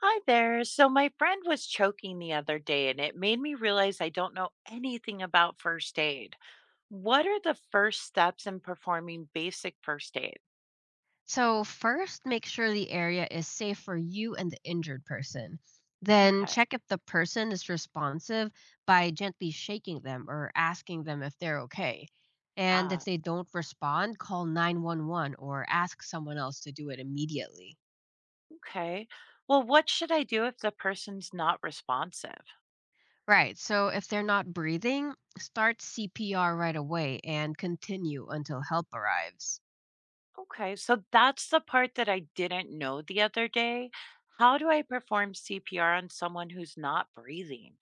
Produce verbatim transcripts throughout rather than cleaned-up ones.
Hi there. So my friend was choking the other day, and it made me realize I don't know anything about first aid. What are the first steps in performing basic first aid? So, first, make sure the area is safe for you and the injured person. Then, Okay. check if the person is responsive by gently shaking them or asking them if they're okay. And if Ah, they don't respond, call nine one one or ask someone else to do it immediately. okay. Well, what should I do if the person's not responsive? Right, so if they're not breathing, start C P R right away and continue until help arrives. Okay. So that's the part that I didn't know the other day. How do I perform C P R on someone who's not breathing?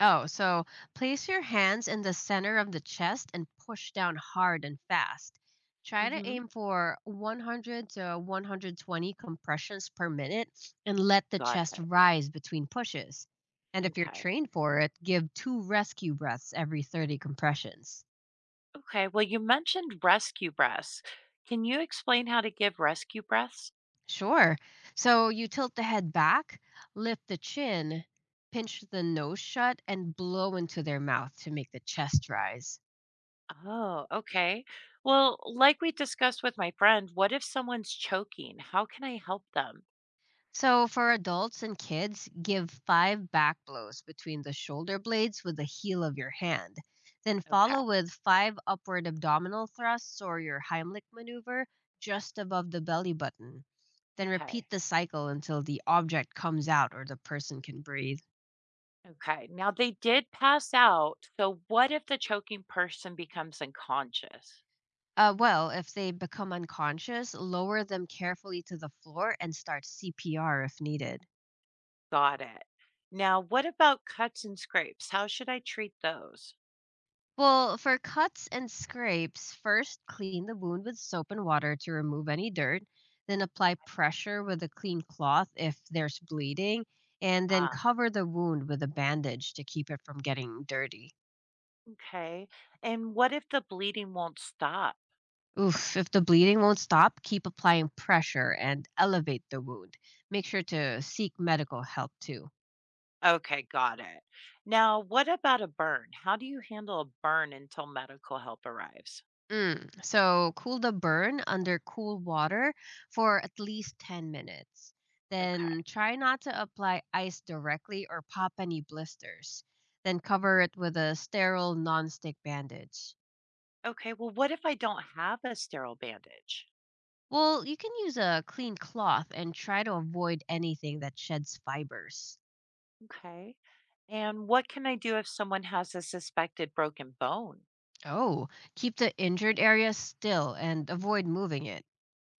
Oh, so place your hands in the center of the chest and push down hard and fast. Try to Mm-hmm. aim for one hundred to one hundred twenty compressions per minute and let the Got chest it. rise between pushes. And if you're Okay. trained for it, give two rescue breaths every thirty compressions. Okay, well, you mentioned rescue breaths. Can you explain how to give rescue breaths? Sure. So you tilt the head back, lift the chin, pinch the nose shut, and blow into their mouth to make the chest rise. Oh, okay. Well, like we discussed with my friend, what if someone's choking? How can I help them? So for adults and kids, give five back blows between the shoulder blades with the heel of your hand. Then Okay, follow with five upward abdominal thrusts or your Heimlich maneuver just above the belly button. Then repeat okay, the cycle until the object comes out or the person can breathe. okay. Now they did pass out. So what if the choking person becomes unconscious? Uh, well, if they become unconscious, lower them carefully to the floor and start C P R if needed. Got it. Now, what about cuts and scrapes? How should I treat those? Well, for cuts and scrapes, first clean the wound with soap and water to remove any dirt, then apply Okay. pressure with a clean cloth if there's bleeding, and then Ah, cover the wound with a bandage to keep it from getting dirty. okay. And what if the bleeding won't stop? Oof, if the bleeding won't stop, keep applying pressure and elevate the wound. Make sure to seek medical help too. Okay, got it. Now, what about a burn? How do you handle a burn until medical help arrives? Mm. So cool the burn under cool water for at least ten minutes. Okay. Then try not to apply ice directly or pop any blisters. Then cover it with a sterile nonstick bandage. Okay. Well, what if I don't have a sterile bandage? Well, you can use a clean cloth and try to avoid anything that sheds fibers. Okay. And what can I do if someone has a suspected broken bone? Oh, keep the injured area still and avoid moving it.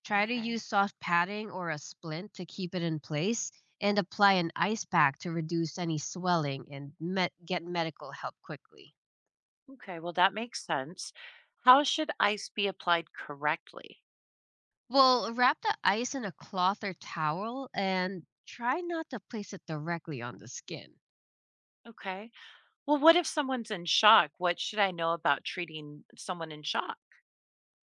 Try to Okay. use soft padding or a splint to keep it in place and apply an ice pack to reduce any swelling and met- get medical help quickly. Okay. Well, that makes sense. How should ice be applied correctly? Well, wrap the ice in a cloth or towel and try not to place it directly on the skin. Okay. Well, what if someone's in shock? What should I know about treating someone in shock?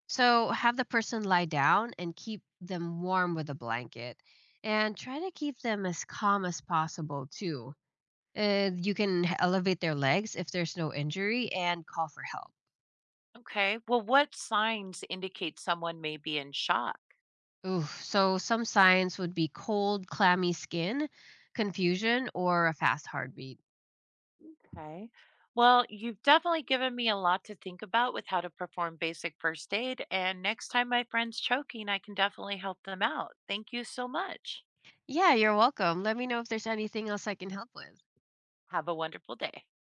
So, have the person lie down and keep them warm with a blanket and try to keep them as calm as possible too. Uh, you can h- elevate their legs if there's no injury and call for help. Okay. Well, what signs indicate someone may be in shock? Ooh, so some signs would be cold, clammy skin, confusion, or a fast heartbeat. Okay. Well, you've definitely given me a lot to think about with how to perform basic first aid. And next time my friend's choking, I can definitely help them out. Thank you so much. Yeah, you're welcome. Let me know if there's anything else I can help with. Have a wonderful day.